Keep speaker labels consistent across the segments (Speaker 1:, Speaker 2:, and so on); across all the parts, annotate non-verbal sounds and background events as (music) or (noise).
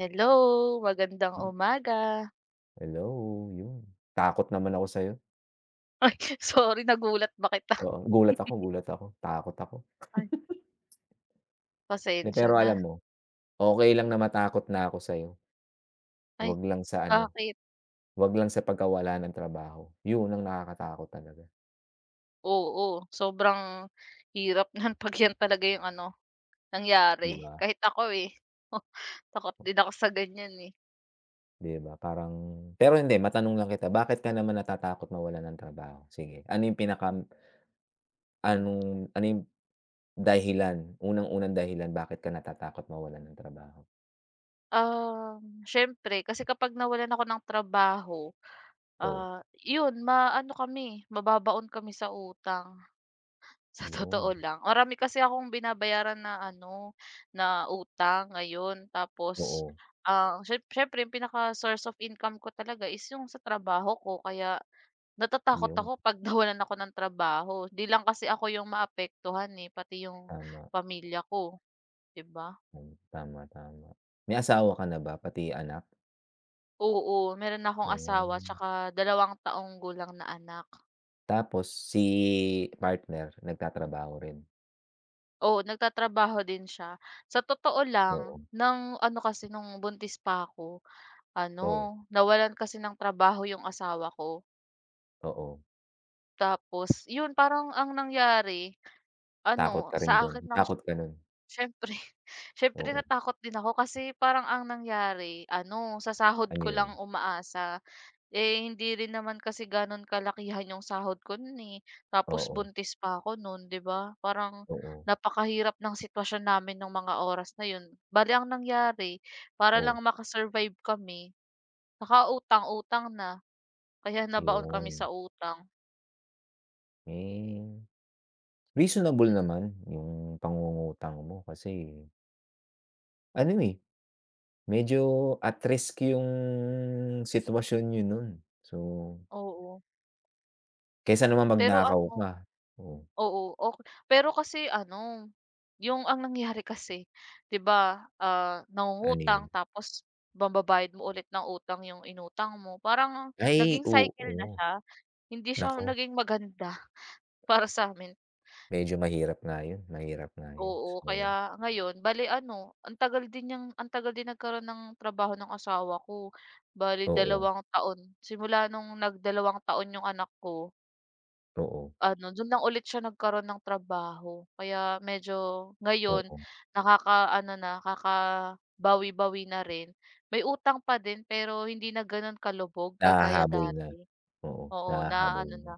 Speaker 1: Hello, magandang umaga.
Speaker 2: Hello, yun. Takot naman ako sa'yo.
Speaker 1: Ay, (laughs) sorry nagulat ba kita?
Speaker 2: Oo, gulat ako, takot ako.
Speaker 1: Ay,
Speaker 2: Di
Speaker 1: pasensya
Speaker 2: pero
Speaker 1: na.
Speaker 2: alam mo, okey lang
Speaker 1: Hmm.
Speaker 2: na matakot na ako sa'yo,
Speaker 1: Ay,
Speaker 2: wag lang sa ano,
Speaker 1: bakit?
Speaker 2: wag lang sa pagkawala ng trabaho. Yun ang nakakatakot talaga,
Speaker 1: Oo, sobrang hirap niyan (laughs) 'pag yan talaga yung ano,
Speaker 2: di
Speaker 1: nangyari.
Speaker 2: ba?
Speaker 1: Kahit ako, eh, (laughs) takot din ako sa ganyan, eh.
Speaker 2: Di ba, parang pero hindi, matanong lang kita, bakit ka naman natatakot mawalan ng trabaho? Sige, ano yung pinaka
Speaker 1: Hmm.
Speaker 2: anong ano yung dahilan, unang-unang dahilan bakit ka natatakot mawalan ng trabaho?
Speaker 1: Siyempre kasi kapag nawalan ako ng trabaho,
Speaker 2: Go.
Speaker 1: yun maano kami, mababaon kami sa utang. Sa
Speaker 2: Yun,
Speaker 1: totoo lang, marami kasi akong binabayaran na ano, na utang ngayon, tapos
Speaker 2: oo,
Speaker 1: siyempre yung pinaka-source of income ko talaga is yung sa trabaho ko, kaya natatakot
Speaker 2: yun,
Speaker 1: ako 'pag (laughs) nawalan ako ng trabaho. 'Di lang kasi ako yung maapektuhan, eh, pati yung
Speaker 2: tama.
Speaker 1: pamilya ko, 'di ba?
Speaker 2: Hmm, tama, tama. May asawa ka na ba pati anak?
Speaker 1: Oo, meron akong asawa
Speaker 2: Hmm,
Speaker 1: 'tsaka 2 taong gulang na anak.
Speaker 2: tapos si partner nagtatrabaho rin?
Speaker 1: Oo, nagtatrabaho din siya. Sa totoo lang,
Speaker 2: Oo,
Speaker 1: ng ano kasi nung buntis pa ako,
Speaker 2: oo,
Speaker 1: ano, nawalan kasi ng trabaho yung asawa ko.
Speaker 2: oo.
Speaker 1: Tapos yun parang ang nangyari,
Speaker 2: Takot
Speaker 1: ano
Speaker 2: ka rin
Speaker 1: sa
Speaker 2: dun,
Speaker 1: akin lang siya.
Speaker 2: takot ka nun?
Speaker 1: Siyempre siyempre (laughs)
Speaker 2: Oo,
Speaker 1: natakot din ako kasi parang ang nangyari ano, sa sahod
Speaker 2: ano
Speaker 1: ko
Speaker 2: yun?
Speaker 1: lang umaasa. Eh, hindi rin naman kasi gano'n kalakihan yung sahod ko nun, eh. Tapos
Speaker 2: Oo,
Speaker 1: buntis pa ako nun, 'di ba? Parang
Speaker 2: oo,
Speaker 1: napakahirap ng sitwasyon namin ng mga oras na yun. Bale ang nangyari, para lang
Speaker 2: oh,
Speaker 1: makasurvive survive kami, nakautang-utang na. Kaya nabaon kami
Speaker 2: yun.
Speaker 1: sa utang.
Speaker 2: Eh, reasonable
Speaker 1: Hmm,
Speaker 2: naman yung pangungutang mo kasi ano, eh, medyo at risk yung sitwasyon niyo nun. So,
Speaker 1: oo.
Speaker 2: kaysa naman
Speaker 1: Pero
Speaker 2: magnakaw ka.
Speaker 1: ano,
Speaker 2: Oo.
Speaker 1: oo, ok, pero kasi ano, yung ang nangyari kasi, 'di ba, ah,
Speaker 2: Ano
Speaker 1: nangungutang
Speaker 2: yun?
Speaker 1: tapos bababayad mo ulit ng utang yung inutang mo, parang
Speaker 2: Ay
Speaker 1: naging cycle na
Speaker 2: oo,
Speaker 1: siya, hindi siya
Speaker 2: naku
Speaker 1: naging maganda. (laughs) Para sa'min.
Speaker 2: medyo mahirap nga yun, mahirap nga yun.
Speaker 1: Oo,
Speaker 2: So,
Speaker 1: kaya ngayon bale ano, ang tagal din nagkaroon ng trabaho ng asawa ko, bale
Speaker 2: oo,
Speaker 1: 2 taon, simula nung nagdalawang taon yung anak ko.
Speaker 2: oo,
Speaker 1: Ano, dun lang ulit siya nagkaroon ng trabaho. Kaya medyo ngayon
Speaker 2: oo,
Speaker 1: nakakaano na, kakabawi-bawi na rin. May utang pa din pero hindi na gano'n kalubog kagaya
Speaker 2: nahahabol na,
Speaker 1: dati.
Speaker 2: oo,
Speaker 1: Oo,
Speaker 2: nahahabol
Speaker 1: naaano
Speaker 2: na.
Speaker 1: na,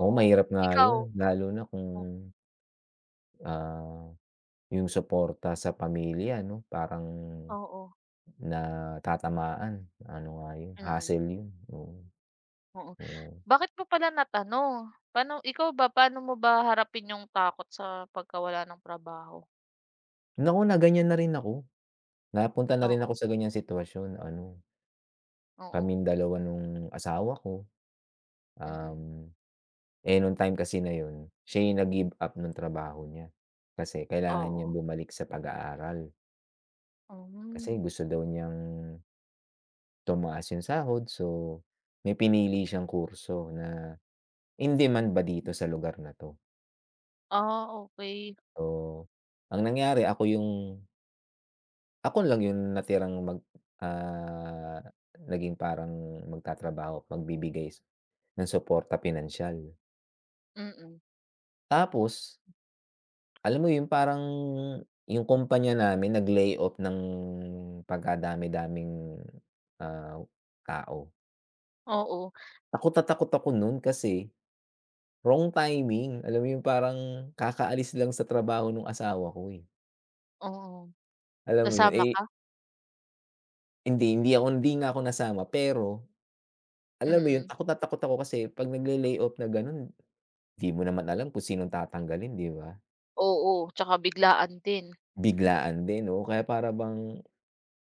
Speaker 2: Oo, mahirap nga
Speaker 1: Ikaw?
Speaker 2: yun lalo na kung,
Speaker 1: O
Speaker 2: ah, yung suporta sa pamilya 'no, parang
Speaker 1: oo,
Speaker 2: natatamaan, ano nga yun,
Speaker 1: mm,
Speaker 2: hassle yun, oo,
Speaker 1: oo.
Speaker 2: oo.
Speaker 1: Bakit mo pala natanong? Paano ikaw ba, paano mo ba harapin yung takot sa pagkawala ng trabaho?
Speaker 2: Naku na ganyan na rin ako, napunta na rin ako
Speaker 1: Oo,
Speaker 2: sa ganyang sitwasyon ano,
Speaker 1: oo,
Speaker 2: kaming dalawa nung asawa ko,
Speaker 1: mm.
Speaker 2: um eh, nung time kasi na yun, siya yung nag-give up ng trabaho niya. Kasi kailangan niya
Speaker 1: Oo.
Speaker 2: bumalik sa pag-aaral. Kasi
Speaker 1: Hmm.
Speaker 2: gusto daw niyang tumaas yung sahod so, may pinili siyang kurso na in demand ba dito sa lugar na 'to.
Speaker 1: Ah, okey,
Speaker 2: So, ang nangyari ako yung ako lang yung natirang mag ah, naging parang magtatrabaho at magbibigay ng suporta pinansiyal.
Speaker 1: mm,
Speaker 2: Tapos alam mo yung parang yung kumpanya namin nag-layoff ng pagkadami-daming, ah, tao.
Speaker 1: oo.
Speaker 2: Takot na takot ako nun kasi wrong timing. Alam mo yung parang kakaalis lang sa trabaho ng asawa ko, eh.
Speaker 1: Oo,
Speaker 2: Alam mo yun,
Speaker 1: nasama
Speaker 2: eh,
Speaker 1: ka?
Speaker 2: hindi hindi ako hindi nga ako nasama pero alam mo yun
Speaker 1: Mm.
Speaker 2: takot na takot ako kasi 'pag nagle-layoff na ganun, 'di mo naman alam kung sinong tatanggalin, 'di ba?
Speaker 1: Oo, tsaka biglaan din.
Speaker 2: Biglaan din, oo. Kaya para bang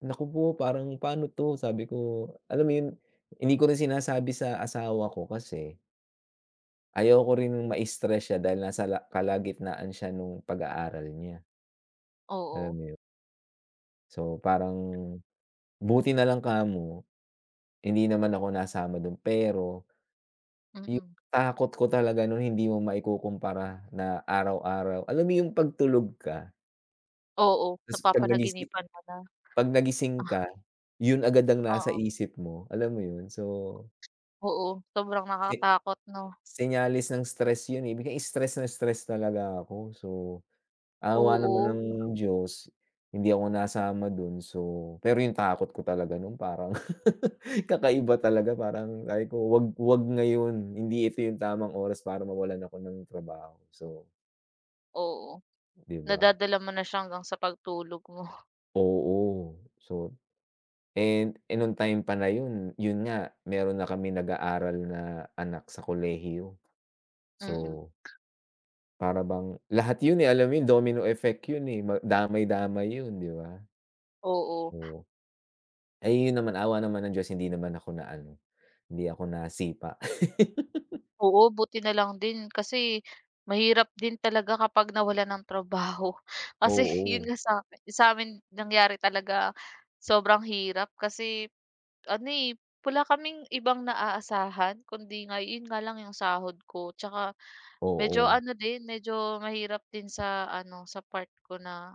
Speaker 2: naku po, parang paano 'to, sabi ko, alam mo 'yun, hindi ko rin sinasabi sa asawa ko kasi ayaw ko rin ma-stress siya dahil nasa la kalagitnaan siya nung pag-aaral niya, alam
Speaker 1: Oo,
Speaker 2: mo 'yun. So, parang buti na lang kamo hindi naman ako nasama dun pero yung
Speaker 1: mm.
Speaker 2: takot ko talaga nun hindi mo maikukumpara na araw-araw, alam mo yung pagtulog ka
Speaker 1: Oo,
Speaker 2: ta's
Speaker 1: napapanaginipan mo na.
Speaker 2: 'pag nagising ka, yun agad ang nasa
Speaker 1: Oo,
Speaker 2: isip mo, alam mo yun. So,
Speaker 1: oo, sobrang
Speaker 2: si
Speaker 1: nakakatakot 'no?
Speaker 2: senyales ng stress yun, eh, biglang stress na stress talaga ako. So, awa naman
Speaker 1: Oo,
Speaker 2: ng Diyos, hindi ako nasama dun. So pero yung takot ko talaga nun parang (laughs) kakaiba talaga, parang sabi ko, "Wag wag ngayon, hindi ito yung tamang oras para mawalan ako ng trabaho." So,
Speaker 1: oo.
Speaker 2: 'di ba?
Speaker 1: Nadadala mo na siya hanggang sa pagtulog mo.
Speaker 2: Oo. So and nung time pa na yun, yun nga meron na kami nag-aaral na anak sa kolehiyo.
Speaker 1: Mm,
Speaker 2: So para bang lahat yun, eh, alam mo yun domino effect yun, eh, ma damay-damay yun, 'di ba?
Speaker 1: (laughs) oo.
Speaker 2: Oo. Ay yun naman awa naman ng Diyos hindi naman ako na ano, hindi ako nasipa.
Speaker 1: Oo, buti na lang din kasi mahirap din talaga kapag nawala ng trabaho. (laughs) Kasi yun
Speaker 2: Oo,
Speaker 1: nga sa'kin sa'min nangyari talaga, sobrang hirap kasi ano, eh, wala kaming ibang naaasahan kundi nga yun nga lang yung sahod ko, tsaka medyo
Speaker 2: oo,
Speaker 1: ano din, medyo mahirap din sa ano, sa part ko na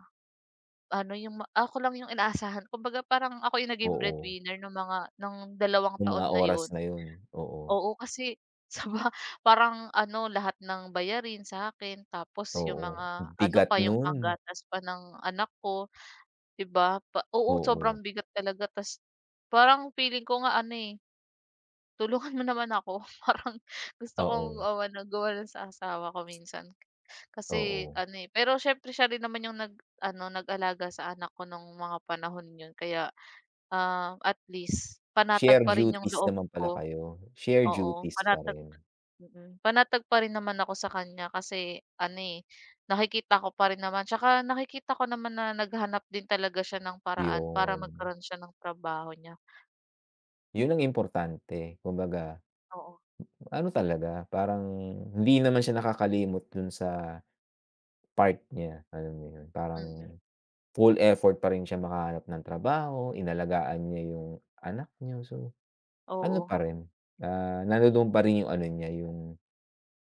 Speaker 1: ano, yung ma ako lang yung inaasahan, kumbaga parang ako yung naging
Speaker 2: oo.
Speaker 1: breadwinner nung mga ng dalawang
Speaker 2: Yung mga
Speaker 1: taon na
Speaker 2: oras
Speaker 1: yun.
Speaker 2: na yun, oo,
Speaker 1: Oo, kasi (laughs) sa ba, parang ano, lahat ng bayarin sa akin tapos yung
Speaker 2: oo.
Speaker 1: mga ano
Speaker 2: Bigat
Speaker 1: pa, yung
Speaker 2: nun,
Speaker 1: panggatas pa ng anak ko, 'di ba? Pa oo,
Speaker 2: oo,
Speaker 1: sobrang bigat talaga ta's parang feeling ko nga ano, eh, "Tulungan mo naman ako." (laughs) Parang gusto kong
Speaker 2: oo,
Speaker 1: gawa na gawa ng sa asawa ko minsan kasi
Speaker 2: oo.
Speaker 1: ano, eh, pero siyempre siya rin naman yung nag-ano, nag-alaga sa anak ko nung mga panahon yun, kaya, ah, at least panatag
Speaker 2: Share
Speaker 1: pa rin yung
Speaker 2: duties
Speaker 1: loob
Speaker 2: naman pala
Speaker 1: ko.
Speaker 2: kayo, share
Speaker 1: Oo,
Speaker 2: duties pa
Speaker 1: panatag.
Speaker 2: rin.
Speaker 1: Mm, panatag pa rin naman ako sa kanya kasi ano, eh, nakikita ko pa rin naman, tsaka nakikita ko naman na naghanap din talaga siya ng paraan para
Speaker 2: Yun,
Speaker 1: magkaroon siya ng trabaho niya.
Speaker 2: yun ang importante kumbaga
Speaker 1: Oo,
Speaker 2: ano talaga, parang hindi naman siya nakakalimot dun sa part niya, alam mo yun? Parang
Speaker 1: mm.
Speaker 2: full effort pa rin siya makahanap ng trabaho, inalagaan niya yung anak niya. So, ano
Speaker 1: Oo,
Speaker 2: pa rin, nandoon pa rin yung ano niya, yung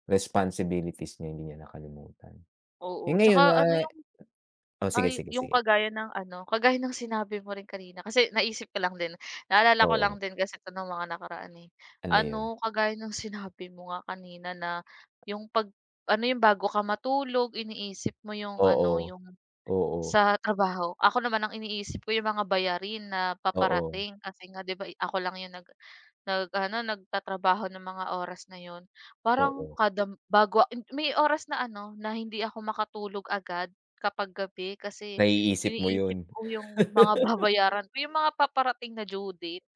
Speaker 2: responsibilities niya, hindi niya nakalimutan.
Speaker 1: oo.
Speaker 2: Eh,
Speaker 1: Tsaka
Speaker 2: ngayon
Speaker 1: ano
Speaker 2: na
Speaker 1: yung
Speaker 2: oh, sige,
Speaker 1: ay
Speaker 2: sige,
Speaker 1: yung
Speaker 2: sige.
Speaker 1: kagaya ng ano, kagaya ng sinabi mo rin kanina kasi naisip ko lang din, naalala ko lang
Speaker 2: Oo,
Speaker 1: din kasi 'to nung mga nakaraan, eh.
Speaker 2: ano yun?
Speaker 1: Ano, kagaya ng sinabi mo nga kanina na yung 'pag ano yung bago ka matulog iniisip mo yung
Speaker 2: Oo,
Speaker 1: ano, yung
Speaker 2: oo,
Speaker 1: sa trabaho. Ako naman ang iniisip ko yung mga bayarin na
Speaker 2: oo,
Speaker 1: paparating kasi nga 'di ba ako lang yung nag nag-ano, nagtatrabaho ng mga oras na yun. Parang
Speaker 2: oo.
Speaker 1: kada bago may oras na ano, na hindi ako makatulog agad kapag gabi kasi
Speaker 2: Naiisip mo yun?
Speaker 1: iniisip ko yung mga (laughs) babayaran ko, yung mga paparating na due date.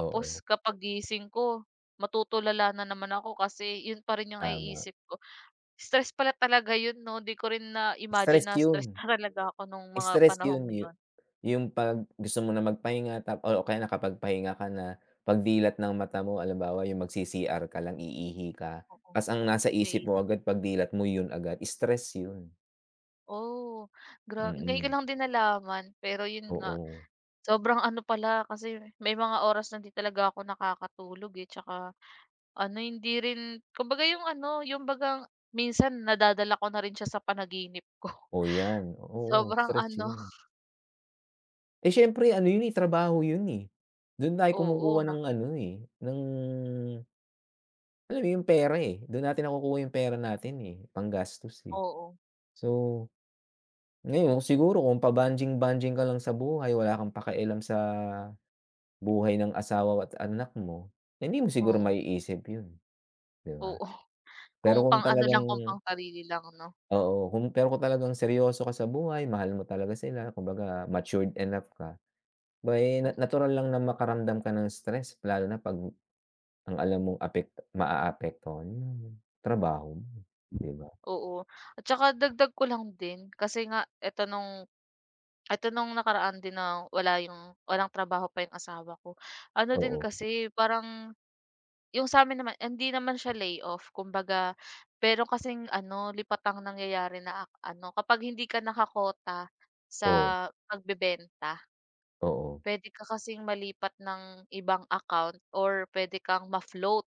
Speaker 2: Oo,
Speaker 1: kapag gising ko matutulala na naman ako kasi yun pa rin yung
Speaker 2: tama.
Speaker 1: naiisip ko. Stress pala talaga yun 'no, 'di ko rin na-imagine
Speaker 2: Stress
Speaker 1: na stress
Speaker 2: yun.
Speaker 1: na talaga ako nung mga
Speaker 2: Stress yun
Speaker 1: panahong
Speaker 2: yu
Speaker 1: yun.
Speaker 2: yung 'pag gusto mo na magpahinga tap o kaya nakapagpahinga ka na, pagdilat ng mata mo halimbawa yung magsi-CR ka lang iihi ka,
Speaker 1: Oo,
Speaker 2: ta's ang nasa
Speaker 1: may
Speaker 2: isip mo
Speaker 1: ipon.
Speaker 2: agad pagdilat mo yun agad, stress yun.
Speaker 1: Oh, ngayon ko
Speaker 2: Mm,
Speaker 1: lang din nalaman, pero yun nga,
Speaker 2: oo.
Speaker 1: sobrang ano pala kasi may mga oras na 'di talaga ako nakakatulog, eh, tsaka ano hindi rin kumbaga yung ano, yung bagang minsan nadadala ko na rin siya sa panaginip ko.
Speaker 2: Oh,
Speaker 1: (laughs)
Speaker 2: yan, oo,
Speaker 1: Sobrang
Speaker 2: stress
Speaker 1: ano.
Speaker 2: yun. Eh, siyempre ano yun, eh, trabaho yun, eh. Dun tayo
Speaker 1: Oo
Speaker 2: kumukuha
Speaker 1: na,
Speaker 2: ng ano, eh, ng alam mo yung pera, eh, dun natin nakukuha yung pera natin, eh, panggastos, eh.
Speaker 1: oo,
Speaker 2: So
Speaker 1: hmm,
Speaker 2: ngayon siguro kung pabanjing-banjing ka lang sa buhay, wala kang pakialam sa buhay ng asawa at anak mo, hindi mo siguro
Speaker 1: oo,
Speaker 2: maiisip yun, 'di ba?
Speaker 1: oo. Kung
Speaker 2: Pero kung
Speaker 1: pang ano lang, kung
Speaker 2: talagang
Speaker 1: pang sarili lang 'no.
Speaker 2: oo, kung pero kung talagang seryoso ka sa buhay, mahal mo talaga sila, kumbaga matured enough ka, aba'y na
Speaker 1: Mm.
Speaker 2: natural lang na makaramdam ka ng stress lalo na 'pag ang alam mong maaapektuhan yung trabaho mo, 'di ba?
Speaker 1: Oo, at saka dagdag ko lang din kasi nga eto nung nakaraan din na wala yung walang trabaho pa yung asawa ko. Ano din
Speaker 2: Oo,
Speaker 1: kasi parang yung sa sa'min naman hindi naman siya layoff, kumbaga, pero kasing ano lipatang ang nangyayari na ano kapag hindi ka nakakota sa
Speaker 2: oo,
Speaker 1: pagbebenta,
Speaker 2: oo.
Speaker 1: pwede ka kasing malipat ng ibang account or pwede kang ma-float.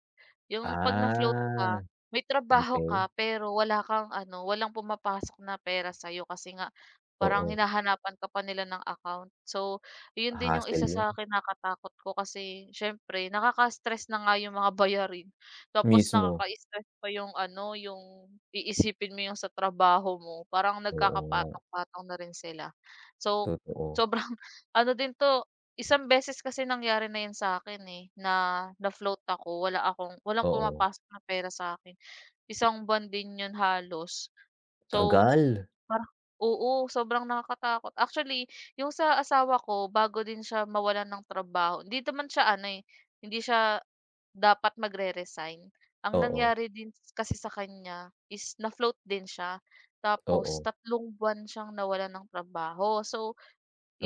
Speaker 1: Yung 'pag na-float
Speaker 2: Ah,
Speaker 1: ka, may trabaho ka
Speaker 2: okey.
Speaker 1: pero wala kang ano, walang pumapasok na pera sa'yo kasi nga parang
Speaker 2: Oo,
Speaker 1: hinahanapan ka pa nila ng account. So, yun din yung
Speaker 2: hassle
Speaker 1: isa
Speaker 2: yun.
Speaker 1: sa kinakatakot ko kasi siyempre nakaka-stress na nga yung mga bayarin tapos
Speaker 2: Mismo,
Speaker 1: nakaka-stress pa yung ano, yung iisipin mo yung sa trabaho mo, parang
Speaker 2: oo nga,
Speaker 1: nagkakapatong-patong na rin sila. So,
Speaker 2: totoo,
Speaker 1: sobrang (laughs) ano din 'to. Isang beses kasi nangyari na 'yan sa'kin, eh, na na-float ako, wala akong walang
Speaker 2: oo.
Speaker 1: pumapasok na pera sa akin. Isang buwan din 'yun halos. So,
Speaker 2: Tagal,
Speaker 1: parang oo, sobrang nakakatakot. Actually, yung sa asawa ko bago din siya mawalan ng trabaho hindi naman siya ano, eh, hindi siya dapat magre-resign. Ang
Speaker 2: oo,
Speaker 1: nangyari din kasi sa kanya is na-float din siya, tapos
Speaker 2: oo,
Speaker 1: 3 buwan siyang nawalan ng trabaho. So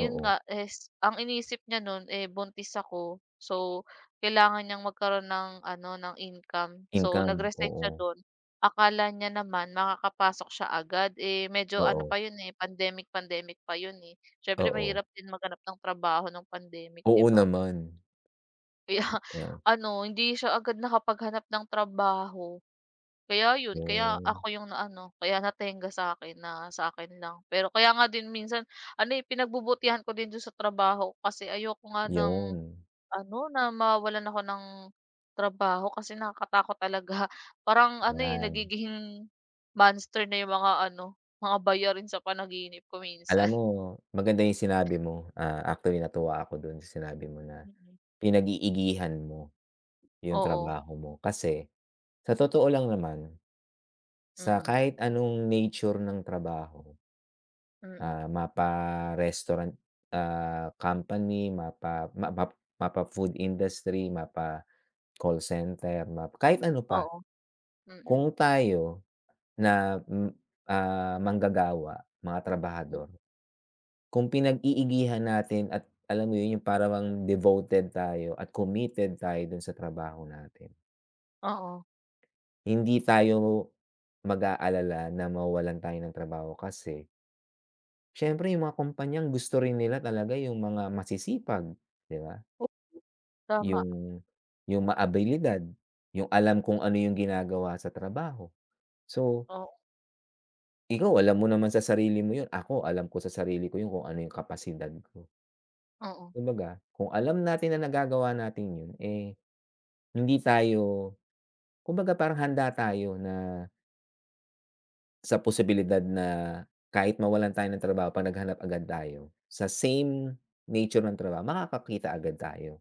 Speaker 1: yun nga, is ang iniisip niya nun, eh, buntis ako. So, kailangan niyang magkaroon ng ano, ng income. So,
Speaker 2: Income,
Speaker 1: nag-resign siya
Speaker 2: oo,
Speaker 1: dun. Akala niya naman makakapasok siya agad, eh, medyo ano
Speaker 2: oo,
Speaker 1: pa yun, eh, pandemic pa yun, eh. Siyempre
Speaker 2: oo.
Speaker 1: mahirap din maghanap ng trabaho ng pandemic,
Speaker 2: Oo
Speaker 1: 'di ba?
Speaker 2: naman,
Speaker 1: Kaya (laughs)
Speaker 2: yeah,
Speaker 1: ano, hindi siya agad nakapaghanap ng trabaho. Kaya
Speaker 2: yun,
Speaker 1: ako yung na ano kaya natenga sa akin na sa akin lang. Pero kaya nga din minsan ano, eh, pinagbubutihan ko din dun sa trabaho ko kasi ayoko nga ng
Speaker 2: yun,
Speaker 1: ano, na mawalan ako ng trabaho kasi nakakatakot talaga. (laughs) Parang ano, eh,
Speaker 2: yan.
Speaker 1: nagiging monster na yung mga ano, mga bayarin sa panaginip ko
Speaker 2: Alam
Speaker 1: minsan.
Speaker 2: mo
Speaker 1: (laughs)
Speaker 2: maganda yung sinabi mo, ah, actually natuwa ako dun sa sinabi mo na
Speaker 1: Mm,
Speaker 2: pinag-iigihan mo yung
Speaker 1: oo,
Speaker 2: trabaho mo kasi sa totoo lang naman, sa
Speaker 1: mm,
Speaker 2: kahit anong nature ng trabaho
Speaker 1: mm,
Speaker 2: ah, mapa-restaurant, company, mapa-food industry, mapa-call center, mapa kahit ano pa.
Speaker 1: oo, mm-mm,
Speaker 2: Kung tayo na, m ah, manggagawa, mga
Speaker 1: mm, hmm,
Speaker 2: trabahador, kung pinag-iigihan natin at alam mo 'yun, yung para devoted tayo at committed tayo dun sa trabaho natin,
Speaker 1: oo.
Speaker 2: hindi tayo mag-aalala na mawalan tayo ng trabaho kasi siyempre yung mga kumpanya gusto rin nila talaga yung mga masisipag, 'di ba?
Speaker 1: Tama,
Speaker 2: Yung yung maabilidad, yung alam kung ano yung ginagawa sa trabaho. So,
Speaker 1: oo,
Speaker 2: ikaw alam mo naman sa sarili mo yun, ako alam ko sa sarili ko yun kung ano yung kapasidad ko.
Speaker 1: oo,
Speaker 2: Kumbaga, kung alam natin na nagagawa natin yun, eh, hindi tayo kumbaga parang handa tayo na sa posibilidad na kahit mawalan tayo ng trabaho 'pag naghanap agad tayo, sa same nature ng trabaho makakakita agad tayo,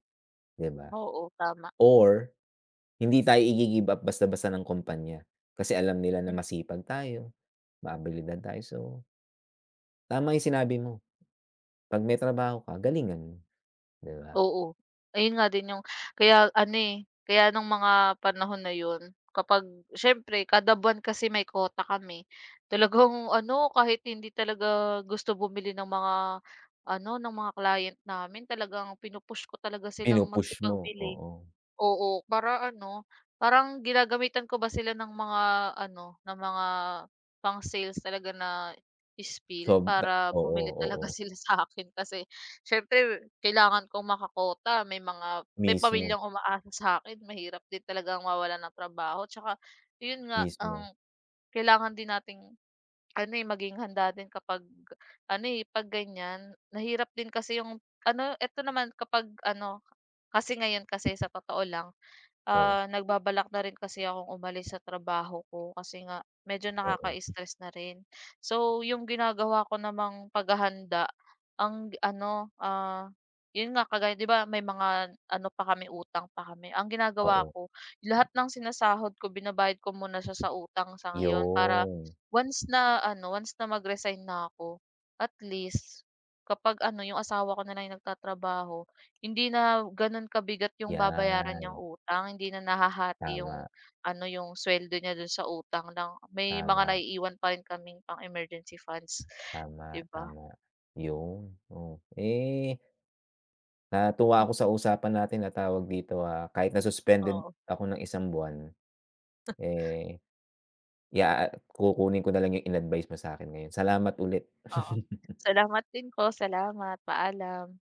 Speaker 2: 'di ba?
Speaker 1: oo, tama.
Speaker 2: Or hindi tayo i-gi-give up basta-basta ng kumpanya, kasi alam nila na masipag tayo, maabilidad tayo. So, tama yung sinabi mo, 'pag may trabaho ka galingan mo, 'di ba?
Speaker 1: Oo, ayun nga din yung kaya ano, eh, kaya nung mga panahon na yun kapag siyempre kada buwan kasi may quota kami, talagang (laughs) ano kahit hindi talaga gusto bumili ng mga ano, ng mga client namin, talagang pinu ko talaga silang
Speaker 2: Pinu-push mo,
Speaker 1: magsipagbili.
Speaker 2: oo.
Speaker 1: Oo, para ano, parang ginagamitan ko ba sila ng mga ano, ng mga pang-sales talaga na spiel
Speaker 2: So ba
Speaker 1: para
Speaker 2: oo,
Speaker 1: bumili (laughs)
Speaker 2: oo.
Speaker 1: talaga sila sa akin kasi siyempre kailangan kong makakota. May mga may
Speaker 2: Mismo,
Speaker 1: pamilyang umaasa sa'kin, mahirap din talagang mawalan ng trabaho. Tsaka yun nga,
Speaker 2: mismo.
Speaker 1: ang kailangan din nating ano, eh, maging handa din kapag ano, eh, 'pag ganyan. Mahirap din kasi yung ano, eto naman kapag ano, kasi ngayon kasi sa totoo lang,
Speaker 2: Oo
Speaker 1: ah, nagbabalak na rin kasi akong umalis sa trabaho ko kasi nga medyo
Speaker 2: oo,
Speaker 1: nakaka-stress na rin. So, yung ginagawa ko namang paghahanda ang ano, ah, yun nga kagaya 'di ba may mga ano pa kami, utang pa kami. Ang ginagawa
Speaker 2: oo.
Speaker 1: ko lahat ng sinasahod ko binabayad ko muna siya sa utang sa ngayon para
Speaker 2: Yun,
Speaker 1: once na ano, once na mag-resign na ako, at least kapag ano, yung asawa ko na lang yung nagtatrabaho, hindi na gano'n kabigat yung babayaran niyang
Speaker 2: 'yan.
Speaker 1: utang, hindi na nahahati
Speaker 2: Tama,
Speaker 1: yung ano, yung sweldo niya do'n sa utang lang. May mga
Speaker 2: tama,
Speaker 1: naiiwan pa rin kaming pang-emergency funds,
Speaker 2: tama,
Speaker 1: 'di ba?
Speaker 2: tama. Yun, oh. Eh, natuwa ako sa usapan natin na tawag dito, ah, kahit na-suspended
Speaker 1: Oo,
Speaker 2: ako ng isang buwan, eh ya kukunin ko na lang yung in-advice mo sa'kin ngayon. Salamat ulit.
Speaker 1: oo.
Speaker 2: (laughs)
Speaker 1: Salamat din, ko salamat, paalam.